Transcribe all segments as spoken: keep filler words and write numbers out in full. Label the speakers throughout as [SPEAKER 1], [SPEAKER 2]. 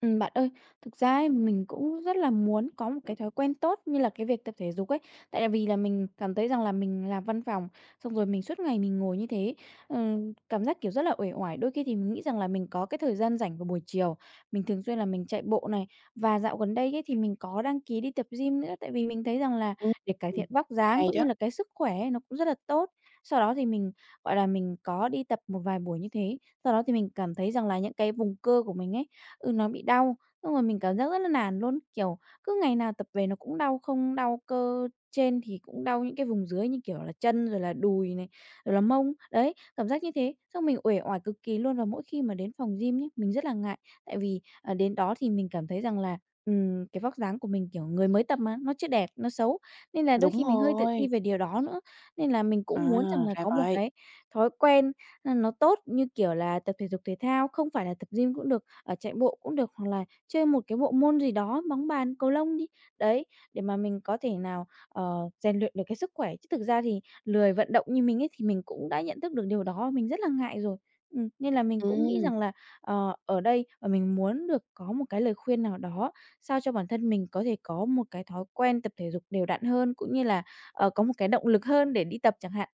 [SPEAKER 1] Ừm, bạn ơi, thực ra ấy, mình cũng rất là muốn có một cái thói quen tốt như là cái việc tập thể dục ấy. Tại vì là mình cảm thấy rằng là mình làm văn phòng, xong rồi mình suốt ngày mình ngồi như thế, ừm, cảm giác, kiểu, rất là uể oải. Đôi khi thì mình nghĩ rằng là mình có cái thời gian rảnh vào buổi chiều, mình thường xuyên là mình chạy bộ này, và dạo gần đây ấy, thì mình có đăng ký đi tập gym nữa. Tại vì mình thấy rằng là
[SPEAKER 2] Ừm,
[SPEAKER 1] để cải thiện vóc dáng
[SPEAKER 2] hay
[SPEAKER 1] cũng
[SPEAKER 2] đó.
[SPEAKER 1] như là cái sức khỏe ấy, nó cũng rất là tốt. Sau đó thì mình, gọi là, mình có đi tập một vài buổi như thế, sau đó thì mình cảm thấy rằng là những cái vùng cơ của mình ấy, Ừ, nó bị đau, xong rồi mình cảm giác rất là nản luôn, kiểu, cứ ngày nào tập về nó cũng đau, không đau cơ trên thì cũng đau những cái vùng dưới như, kiểu là, chân rồi là đùi này, rồi là mông, đấy, cảm giác như thế. Xong mình uể oải cực kỳ luôn và mỗi khi mà đến phòng gym nhé mình rất là ngại, tại vì, ờ, đến đó thì mình cảm thấy rằng là, ừm, cái vóc dáng của mình, kiểu, người mới tập mà, nó chưa đẹp, nó xấu, nên là đôi
[SPEAKER 2] Đúng
[SPEAKER 1] khi mình hơi tự ti
[SPEAKER 2] rồi,
[SPEAKER 1] về điều đó nữa. Nên là mình
[SPEAKER 2] à,
[SPEAKER 1] cũng muốn rằng là
[SPEAKER 2] ra
[SPEAKER 1] có một
[SPEAKER 2] vậy.
[SPEAKER 1] cái thói quen, ơ, nó tốt như, kiểu là, tập thể dục thể thao, không phải là tập gym cũng được ở chạy bộ cũng được, hoặc là chơi một cái bộ môn gì đó, bóng bàn, cầu lông đi. Đấy, để mà mình có thể nào, ờ, rèn luyện được cái sức khỏe, chứ thực ra thì lười vận động như mình ấy thì mình cũng đã nhận thức được điều đó, mình rất là ngại rồi. Ừm, nên là mình cũng nghĩ
[SPEAKER 2] Ừm,
[SPEAKER 1] rằng là, ờ, ở đây và mình muốn được có một cái lời khuyên nào đó sao cho bản thân mình có thể có một cái thói quen tập thể dục đều đặn hơn, cũng như là, ờ, có một cái động lực hơn để đi tập chẳng hạn.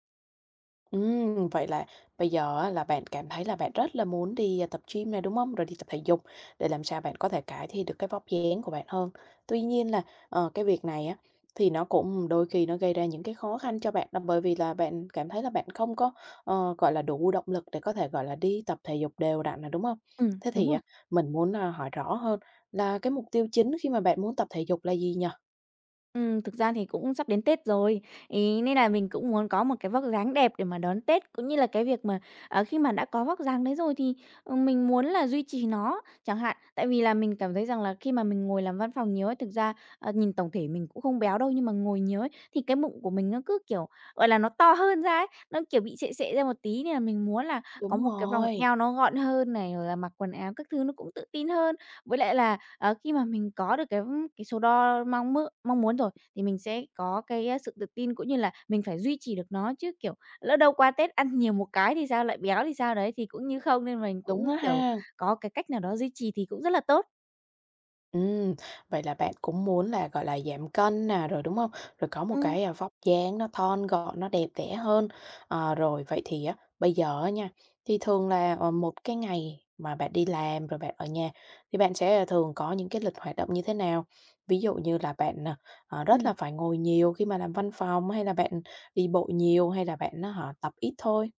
[SPEAKER 2] ừm, vậy là bây giờ á là bạn cảm thấy là bạn rất là muốn đi, à, tập gym này, đúng hông? Rồi đi tập thể dục để làm sao bạn có thể cải thiện được cái vóc dáng của bạn hơn. Tuy nhiên là, ờ, cái việc này á, thì nó cũng đôi khi nó gây ra những cái khó khăn cho bạn là bởi vì là bạn cảm thấy là bạn không có, ờ, gọi là, đủ động lực để có thể, gọi là, đi tập thể dục đều đặn nè, đúng hông?
[SPEAKER 1] Ừm,
[SPEAKER 2] Thế
[SPEAKER 1] đúng
[SPEAKER 2] thì
[SPEAKER 1] rồi.
[SPEAKER 2] á, mình muốn, a, hỏi rõ hơn là cái mục tiêu chính khi mà bạn muốn tập thể dục là gì nhỉ?
[SPEAKER 1] Ừm, thực ra thì cũng sắp đến Tết rồi, ấy, nên là mình cũng muốn có một cái vóc dáng đẹp để mà đón Tết, cũng như là cái việc mà, ờ, khi mà đã có vóc dáng đấy rồi thì, ờ, mình muốn là duy trì nó chẳng hạn. Tại vì là mình cảm thấy rằng là khi mà mình ngồi làm văn phòng nhiều ấy, thực ra, ờ, nhìn tổng thể mình cũng không béo đâu, nhưng mà ngồi nhiều ấy, thì cái bụng của mình nó cứ, kiểu, gọi là, nó to hơn ra ấy, nó, kiểu, bị sệ sệ ra một tí nên là mình muốn là có
[SPEAKER 2] Đúng
[SPEAKER 1] một cái vòng
[SPEAKER 2] rồi,
[SPEAKER 1] eo nó gọn hơn này, rồi là mặc quần áo các thứ nó cũng tự tin hơn. Với lại là, ờ, khi mà mình có được cái cái số đo mong mơ mong muốn rồi thì mình sẽ có cái, a, sự tự tin cũng như là mình phải duy trì được nó chứ, kiểu, lỡ đâu qua Tết ăn nhiều một cái thì sao, lại béo thì sao đấy, thì cũng như không, nên mình cũng,
[SPEAKER 2] đúng đó
[SPEAKER 1] kiểu,
[SPEAKER 2] ha.
[SPEAKER 1] có cái cách nào đó duy trì thì cũng rất là tốt.
[SPEAKER 2] Ừm, vậy là bạn cũng muốn là, gọi là, giảm cân nè, rồi, đúng không? Rồi có một
[SPEAKER 1] Ừm,
[SPEAKER 2] cái, à, vóc dáng nó thon gọn, nó đẹp đẽ hơn. Ờ, rồi vậy thì á, bây giờ á nha, thì thường là, ờ, một cái ngày mà bạn đi làm rồi bạn ở nhà thì bạn sẽ, à, thường có những cái lịch hoạt động như thế nào? Ví dụ như là bạn, à, ờ, rất
[SPEAKER 1] ừm.
[SPEAKER 2] là phải ngồi nhiều khi mà làm văn phòng, hay là bạn đi bộ nhiều, hay là bạn á tập ít thôi?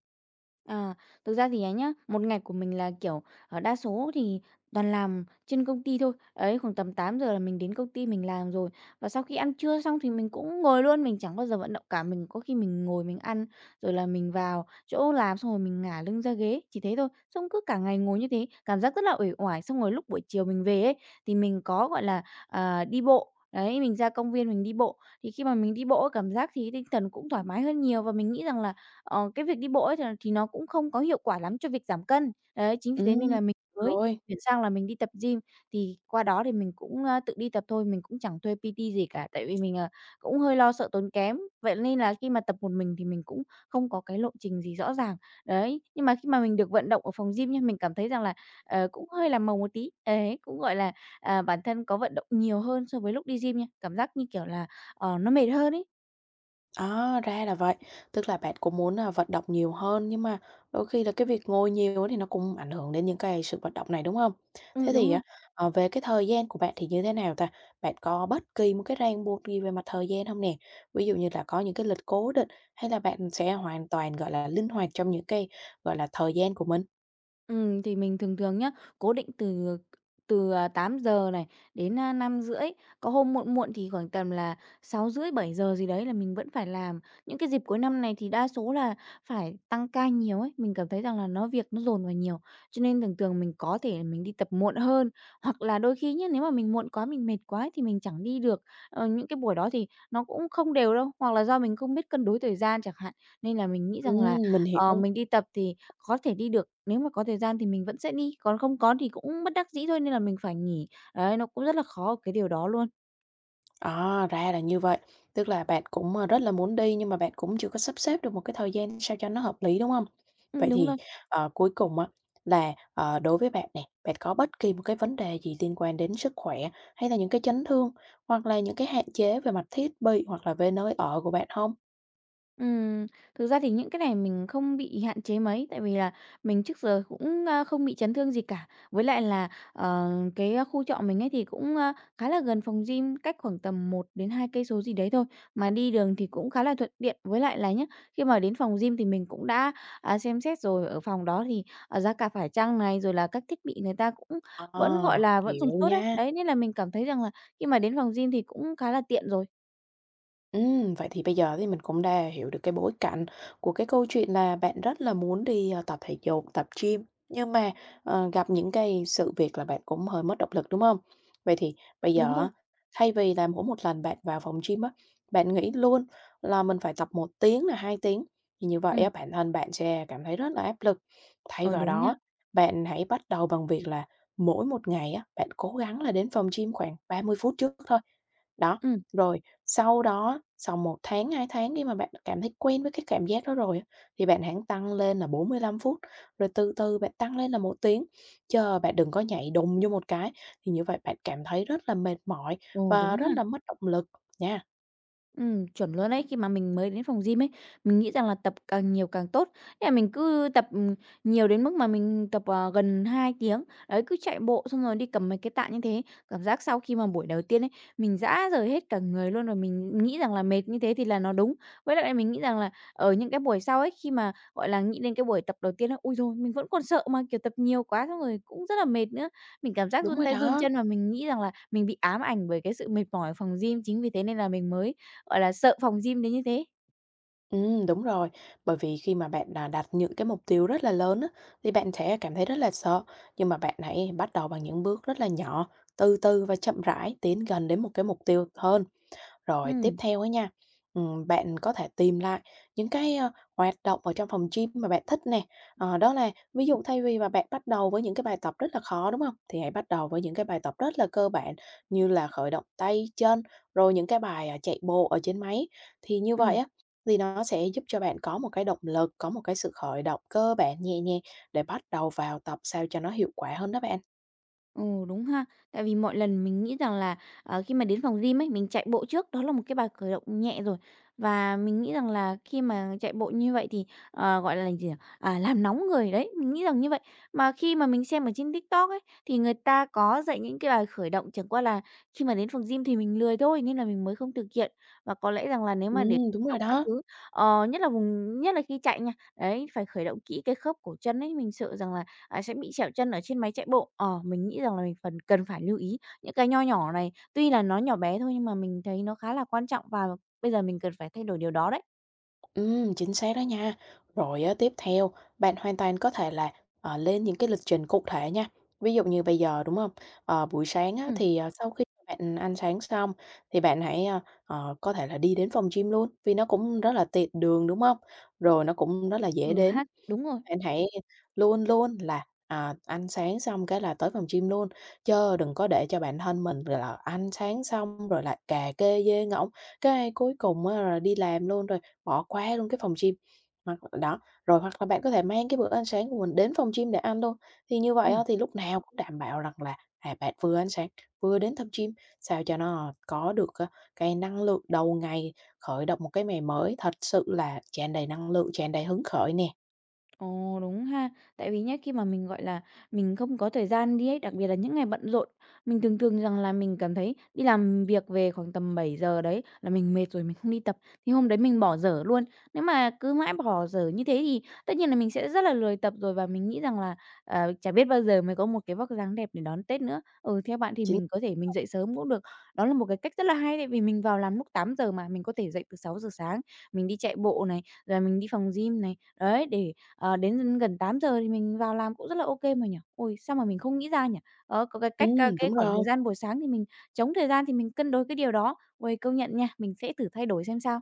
[SPEAKER 1] À, thực ra thì ấy nhá, một ngày của mình là, kiểu, ờ, đa số thì toàn làm trên công ty thôi. Ấy, khoảng tầm tám giờ là mình đến công ty mình làm rồi. Và sau khi ăn trưa xong thì mình cũng ngồi luôn, mình chẳng bao giờ vận động cả. Mình có khi mình ngồi mình ăn, rồi là mình vào chỗ làm xong rồi mình ngả lưng ra ghế, chỉ thế thôi. Xong cứ cả ngày ngồi như thế, cảm giác rất là uể oải. Xong rồi lúc buổi chiều mình về ấy, thì mình có, gọi là, à, đi bộ. Đấy, mình ra công viên mình đi bộ. Thì khi mà mình đi bộ cảm giác thì tinh thần cũng thoải mái hơn nhiều và mình nghĩ rằng là Ờ, cái việc đi bộ ấy thì thì nó cũng không có hiệu quả lắm cho việc giảm cân. Đấy, chính vì thế nên
[SPEAKER 2] Ừm,
[SPEAKER 1] là mình mới
[SPEAKER 2] rồi.
[SPEAKER 1] chuyển sang là mình đi tập gym, thì qua đó thì mình cũng, a, tự đi tập thôi, mình cũng chẳng thuê pê tê gì cả, tại vì mình, ờ, cũng hơi lo sợ tốn kém. Vậy nên là khi mà tập một mình thì mình cũng không có cái lộ trình gì rõ ràng. Đấy, nhưng mà khi mà mình được vận động ở phòng gym nha, mình cảm thấy rằng là, ờ, cũng hơi làm màu một tí, ấy, cũng, gọi là, à, bản thân có vận động nhiều hơn so với lúc đi gym nha, cảm giác như kiểu là, ờ, nó mệt hơn ấy.
[SPEAKER 2] À, ra là vậy. Tức là bạn cũng muốn, là vận động nhiều hơn, nhưng mà đôi khi là cái việc ngồi nhiều á thì nó cũng ảnh hưởng đến những cái sự vận động này, đúng không? Thế
[SPEAKER 1] Ừm,
[SPEAKER 2] thì
[SPEAKER 1] đúng
[SPEAKER 2] á,
[SPEAKER 1] rồi.
[SPEAKER 2] ờ, về cái thời gian của bạn thì như thế nào ta? Bạn có bất kỳ một cái ràng buộc gì về mặt thời gian không nè? Ví dụ như là có những cái lịch cố định, hay là bạn sẽ hoàn toàn, gọi là, linh hoạt trong những cái, gọi là, thời gian của mình?
[SPEAKER 1] Ừm, thì mình thường thường nhá, cố định từ từ, à, tám giờ này, đến, à, năm rưỡi có hôm muộn muộn thì khoảng tầm là sáu rưỡi bảy giờ gì đấy là mình vẫn phải làm. Những cái dịp cuối năm này thì đa số là phải tăng ca nhiều ấy, mình cảm thấy rằng là nó việc nó dồn vào nhiều, cho nên thường thường mình có thể là mình đi tập muộn hơn. Hoặc là đôi khi nhá, nếu mà mình muộn quá, mình mệt quá ấy thì mình chẳng đi được, ờ, những cái buổi đó thì nó cũng không đều đâu, hoặc là do mình không biết cân đối thời gian chẳng hạn. Nên là mình nghĩ rằng là,
[SPEAKER 2] Ừm, mình
[SPEAKER 1] ờ,
[SPEAKER 2] hiểu.
[SPEAKER 1] mình đi tập thì có thể đi được, nếu mà có thời gian thì mình vẫn sẽ đi, còn không có thì cũng bất đắc dĩ thôi nên là mình phải nghỉ. Đấy, nó cũng rất là khó ở cái điều đó luôn.
[SPEAKER 2] À, ra là như vậy. Tức là bạn cũng, ờ, rất là muốn đi nhưng mà bạn cũng chưa có sắp xếp được một cái thời gian sao cho nó hợp lý, đúng không? Vậy
[SPEAKER 1] Ừm, đúng
[SPEAKER 2] thì,
[SPEAKER 1] rồi.
[SPEAKER 2] ờ, cuối cùng á là, ờ, đối với bạn nè, bạn có bất kỳ một cái vấn đề gì liên quan đến sức khỏe, hay là những cái chấn thương, hoặc là những cái hạn chế về mặt thiết bị, hoặc là về nơi ở của bạn không?
[SPEAKER 1] Ừm, thực ra thì những cái này mình không bị hạn chế mấy, tại vì là mình trước giờ cũng, a, không bị chấn thương gì cả. Với lại là, ờ, cái khu trọ mình ấy thì cũng, a, khá là gần phòng gym, cách khoảng tầm một đến hai cây số gì đấy thôi, mà đi đường thì cũng khá là thuận tiện. Với lại là nhé khi mà đến phòng gym thì mình cũng đã, à, xem xét rồi, ở phòng đó thì, à, giá cả phải chăng này, rồi là các thiết bị người ta cũng vẫn, gọi
[SPEAKER 2] À,
[SPEAKER 1] là, vẫn dùng
[SPEAKER 2] hiểu
[SPEAKER 1] tốt đấy.
[SPEAKER 2] nha.
[SPEAKER 1] Đấy, nên là mình cảm thấy rằng là khi mà đến phòng gym thì cũng khá là tiện rồi.
[SPEAKER 2] Ừm, vậy thì bây giờ thì mình cũng đã hiểu được cái bối cảnh của cái câu chuyện là bạn rất là muốn đi, ờ, tập thể dục, tập gym, nhưng mà, ờ, gặp những cái sự việc là bạn cũng hơi mất động lực, đúng không? Vậy thì bây
[SPEAKER 1] Đúng
[SPEAKER 2] giờ
[SPEAKER 1] rồi.
[SPEAKER 2] á, thay vì là mỗi một lần bạn vào phòng gym á, bạn nghĩ luôn là mình phải tập một tiếng là hai tiếng, thì như vậy
[SPEAKER 1] Ừ.
[SPEAKER 2] á, bản thân bạn sẽ cảm thấy rất là áp lực. Thay
[SPEAKER 1] Ờ,
[SPEAKER 2] vào
[SPEAKER 1] đúng nhá.
[SPEAKER 2] đó, bạn hãy bắt đầu bằng việc là mỗi một ngày á, bạn cố gắng là đến phòng gym khoảng ba mươi phút trước thôi. Đó,
[SPEAKER 1] Ừ.
[SPEAKER 2] rồi sau đó, sau một tháng, hai tháng khi mà bạn cảm thấy quen với cái cảm giác đó rồi á, thì bạn hẵng tăng lên là bốn mươi lăm phút, rồi từ từ bạn tăng lên là một tiếng, chớ bạn đừng có nhảy đùng vô một cái, thì như vậy bạn cảm thấy rất là mệt mỏi
[SPEAKER 1] Ồ,
[SPEAKER 2] và
[SPEAKER 1] đúng
[SPEAKER 2] rất
[SPEAKER 1] ha.
[SPEAKER 2] là mất động lực nha.
[SPEAKER 1] Ừm, chuẩn luôn ấy. Khi mà mình mới đến phòng gym ấy, mình nghĩ rằng là tập càng nhiều càng tốt. Thế là mình cứ tập, ừm, nhiều đến mức mà mình tập, ờ, gần hai tiếng. Đấy, cứ chạy bộ xong rồi đi cầm mấy cái tạ như thế. Cảm giác sau khi mà buổi đầu tiên ấy, mình rã rời hết cả người luôn, rồi mình nghĩ rằng là mệt như thế thì là nó đúng. Với lại mình nghĩ rằng là ở những cái buổi sau ấy, khi mà, gọi là, nghĩ đến cái buổi tập đầu tiên ấy ui rồi mình vẫn còn sợ mà, kiểu, tập nhiều quá xong rồi cũng rất là mệt nữa. Mình cảm giác
[SPEAKER 2] Đúng
[SPEAKER 1] run
[SPEAKER 2] rồi
[SPEAKER 1] tay run
[SPEAKER 2] đó.
[SPEAKER 1] chân và mình nghĩ rằng là mình bị ám ảnh bởi cái sự mệt mỏi ở phòng gym, chính vì thế nên là mình mới gọi là, sợ phòng gym đến như thế.
[SPEAKER 2] Ừm, đúng rồi, bởi vì khi mà bạn đã đặt những cái mục tiêu rất là lớn á, thì bạn sẽ cảm thấy rất là sợ, nhưng mà bạn hãy bắt đầu bằng những bước rất là nhỏ, từ từ và chậm rãi tiến gần đến một cái mục tiêu hơn. Rồi tiếp
[SPEAKER 1] Ừm,
[SPEAKER 2] theo á nha, ừm, bạn có thể tìm lại những cái, ơ, hoạt động ở trong phòng gym mà bạn thích nè. Ờ, đó là ví dụ thay vì mà bạn bắt đầu với những cái bài tập rất là khó, đúng không? Thì hãy bắt đầu với những cái bài tập rất là cơ bản như là khởi động tay, chân, rồi những cái bài, à, chạy bộ ở trên máy. Thì như vậy
[SPEAKER 1] ừm.
[SPEAKER 2] á, thì nó sẽ giúp cho bạn có một cái động lực, có một cái sự khởi động cơ bản nhẹ nhàng để bắt đầu vào tập sao cho nó hiệu quả hơn đó bạn.
[SPEAKER 1] Ồ, đúng ha. Tại vì mọi lần mình nghĩ rằng là, ờ, khi mà đến phòng gym ấy, mình chạy bộ trước, đó là một cái bài khởi động nhẹ rồi. Và mình nghĩ rằng là khi mà chạy bộ như vậy thì, ờ, gọi là gì nhỉ? À, làm nóng người đấy, mình nghĩ rằng như vậy. Mà khi mà mình xem ở trên TikTok ấy, thì người ta có dạy những cái bài khởi động, chẳng qua là khi mà đến phòng gym thì mình lười thôi, nên là mình mới không thực hiện. Và có lẽ rằng là nếu mà để
[SPEAKER 2] Ừm, đúng
[SPEAKER 1] khởi
[SPEAKER 2] rồi
[SPEAKER 1] động các
[SPEAKER 2] đó.
[SPEAKER 1] thứ, ờ, nhất là vùng nhất là khi chạy nha, đấy, phải khởi động kỹ cái khớp cổ chân ấy, mình sợ rằng là à, sẽ bị trẹo chân ở trên máy chạy bộ. Ờ, mình nghĩ rằng là mình phần cần phải lưu ý những cái nho nhỏ này, tuy là nó nhỏ bé thôi nhưng mà mình thấy nó khá là quan trọng và bây giờ mình cần phải thay đổi điều đó đấy.
[SPEAKER 2] Ừm, chính xác đó nha. Rồi á, tiếp theo bạn hoàn toàn có thể là, ờ, lên những cái lịch trình cụ thể nha. Ví dụ như bây giờ, đúng không? Ờ, buổi sáng á,
[SPEAKER 1] Ừm.
[SPEAKER 2] thì, ờ, sau khi bạn ăn sáng xong thì bạn hãy, a, ờ, có thể là đi đến phòng gym luôn, vì nó cũng rất là tiện đường, đúng không? Rồi nó cũng rất là dễ
[SPEAKER 1] Ừ
[SPEAKER 2] đến.
[SPEAKER 1] ha. Đúng rồi.
[SPEAKER 2] Bạn hãy luôn luôn là, à, ăn sáng xong cái là tới phòng gym luôn, chớ đừng có để cho bản thân mình rồi là ăn sáng xong rồi là cà kê dê ngỗng, cái cuối cùng á là đi làm luôn rồi bỏ qua luôn cái phòng gym. Hoặc đó, rồi hoặc là bạn có thể mang cái bữa ăn sáng của mình đến phòng gym để ăn luôn, thì như vậy á
[SPEAKER 1] Ừm.
[SPEAKER 2] thì lúc nào cũng đảm bảo rằng là, à, bạn vừa ăn sáng, vừa đến tập gym, sao cho nó có được, ơ, cái năng lượng đầu ngày, khởi động một cái ngày mới thật sự là tràn đầy năng lượng, tràn đầy hứng khởi nè.
[SPEAKER 1] Ồ, đúng ha. Tại vì nhé khi mà mình, gọi là, mình không có thời gian đi ấy, đặc biệt là những ngày bận rộn, mình thường thường rằng là mình cảm thấy đi làm việc về khoảng tầm bảy giờ đấy là mình mệt rồi, mình không đi tập, thì hôm đấy mình bỏ dở luôn. Nếu mà cứ mãi bỏ dở như thế thì tất nhiên là mình sẽ rất là lười tập rồi và mình nghĩ rằng là, ờ, chả biết bao giờ mới có một cái vóc dáng đẹp để đón Tết nữa. Ừ, theo bạn thì
[SPEAKER 2] Ch
[SPEAKER 1] mình có thể mình dậy sớm cũng được. Đó là một cái cách rất là hay tại vì mình vào làm lúc tám giờ mà, mình có thể dậy từ sáu giờ sáng, mình đi chạy bộ này, rồi mình đi phòng gym này, đấy, để Ờ, đến gần tám giờ thì mình vào làm cũng rất là ô kê mà nhỉ? Ôi, sao mà mình không nghĩ ra nhỉ? Đó, có cái
[SPEAKER 2] Ừ,
[SPEAKER 1] cách a, cái
[SPEAKER 2] đúng
[SPEAKER 1] khoảng thời
[SPEAKER 2] rồi.
[SPEAKER 1] gian buổi sáng thì mình trống thời gian thì mình cân đối cái điều đó. Uầy, công nhận nha, mình sẽ thử thay đổi xem sao.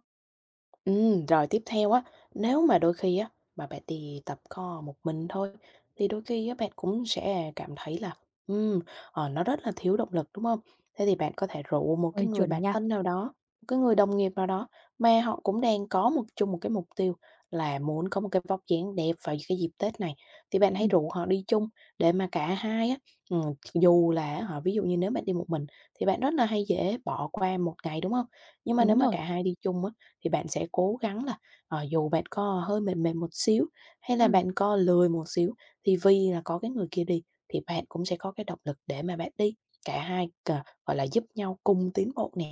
[SPEAKER 2] Ừm, rồi tiếp theo á, nếu mà đôi khi á, mà bạn đi tập co một mình thôi, thì đôi khi á, bạn cũng sẽ cảm thấy là, ừm, ờ, nó rất là thiếu động lực, đúng không? Thế thì bạn có thể rủ một cái
[SPEAKER 1] Uầy,
[SPEAKER 2] người
[SPEAKER 1] chuẩn
[SPEAKER 2] bạn
[SPEAKER 1] nha.
[SPEAKER 2] thân nào đó, một cái người đồng nghiệp nào đó mà họ cũng đang có một chung một cái mục tiêu là muốn có một cái vóc dáng đẹp vào cái dịp Tết này, thì bạn hãy
[SPEAKER 1] Ừm,
[SPEAKER 2] rủ họ đi chung để mà cả hai á, ừm, dù là họ ví dụ như nếu bạn đi một mình thì bạn rất là hay dễ bỏ qua một ngày, đúng không? Nhưng mà nếu
[SPEAKER 1] đúng
[SPEAKER 2] mà
[SPEAKER 1] rồi.
[SPEAKER 2] cả hai đi chung á thì bạn sẽ cố gắng là, ờ, dù bạn có hơi mệt mệt một xíu, hay là
[SPEAKER 1] Ừm.
[SPEAKER 2] bạn có lười một xíu, thì vì là có cái người kia đi thì bạn cũng sẽ có cái động lực để mà bạn đi, cả hai c gọi là, giúp nhau cùng tiến bộ nè.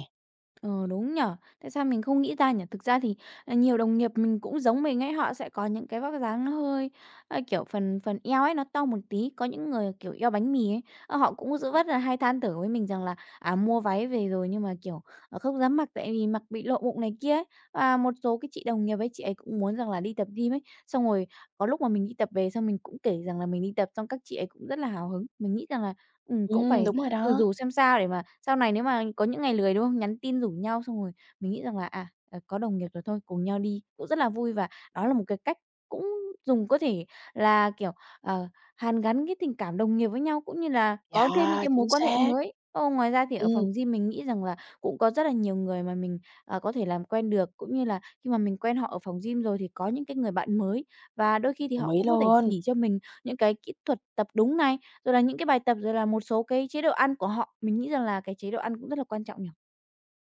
[SPEAKER 1] Ờ, đúng nhở? Tại sao mình không nghĩ ra nhở? Thực ra thì, à, nhiều đồng nghiệp mình cũng giống mình ấy, họ sẽ có những cái vóc dáng nó hơi, a, kiểu, phần phần eo ấy nó to một tí, có những người, kiểu, eo bánh mì ấy, ơ, họ cũng rất rất là hay than thở với mình rằng là, à, mua váy về rồi nhưng mà, kiểu, ờ, không dám mặc tại vì mặc bị lộ bụng này kia ấy. Và một số cái chị đồng nghiệp ấy, chị ấy cũng muốn rằng là đi tập gym ấy, xong rồi có lúc mà mình đi tập về xong mình cũng kể rằng là mình đi tập, xong các chị ấy cũng rất là hào hứng. Mình nghĩ rằng là, ừm, cũng
[SPEAKER 2] Ừm,
[SPEAKER 1] phải
[SPEAKER 2] đúng rồi
[SPEAKER 1] Ừ,
[SPEAKER 2] đó.
[SPEAKER 1] rủ xem sao để mà sau này nếu mà có những ngày lười, đúng không? Nhắn tin rủ nhau xong rồi mình nghĩ rằng là, à, ờ, có đồng nghiệp rồi thôi, cùng nhau đi cũng rất là vui và đó là một cái cách cũng dùng có thể là, kiểu, ờ, hàn gắn cái tình cảm đồng nghiệp với nhau, cũng như là có thêm những
[SPEAKER 2] Dạ,
[SPEAKER 1] cái mối
[SPEAKER 2] chính
[SPEAKER 1] quan hệ
[SPEAKER 2] xác.
[SPEAKER 1] mới. Ờ, ngoài ra thì ở phòng
[SPEAKER 2] Ừm,
[SPEAKER 1] gym mình nghĩ rằng là cũng có rất là nhiều người mà mình, ờ, có thể làm quen được, cũng như là khi mà mình quen họ ở phòng gym rồi thì có những cái người bạn mới và đôi khi thì
[SPEAKER 2] đồng
[SPEAKER 1] họ
[SPEAKER 2] ý
[SPEAKER 1] cũng có thể
[SPEAKER 2] luôn.
[SPEAKER 1] chỉ cho mình những cái kỹ thuật tập đúng này, rồi là những cái bài tập, rồi là một số cái chế độ ăn của họ. Mình nghĩ rằng là cái chế độ ăn cũng rất là quan trọng nhỉ?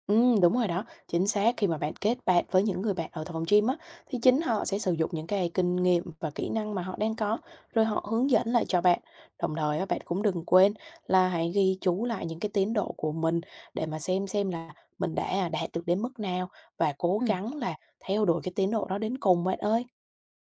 [SPEAKER 2] Ừm, đúng rồi đó, chính xác. Khi mà bạn kết bạn với những người bạn ở phòng gym á, thì chính họ sẽ sử dụng những cái kinh nghiệm và kỹ năng mà họ đang có, rồi họ hướng dẫn lại cho bạn. Đồng thời á, bạn cũng đừng quên là hãy ghi chú lại những cái tiến độ của mình để mà xem xem là mình đã đạt được đến mức nào và cố
[SPEAKER 1] Ừm,
[SPEAKER 2] gắng là theo đuổi cái tiến độ đó đến cùng bạn ơi.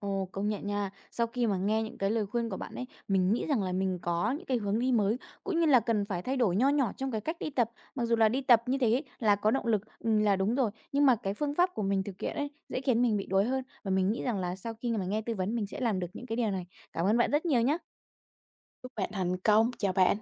[SPEAKER 1] ồ, công nhận nha. Sau khi mà nghe những cái lời khuyên của bạn ấy, mình nghĩ rằng là mình có những cái hướng đi mới, cũng như là cần phải thay đổi nho nhỏ trong cái cách đi tập. Mặc dù là đi tập như thế là có động lực, ừm, là đúng rồi, nhưng mà cái phương pháp của mình thực hiện ấy, dễ khiến mình bị đuối hơn. Và mình nghĩ rằng là sau khi mà nghe tư vấn mình sẽ làm được những cái điều này. Cảm ơn bạn rất nhiều nhé.
[SPEAKER 2] Chúc bạn thành công, chào bạn.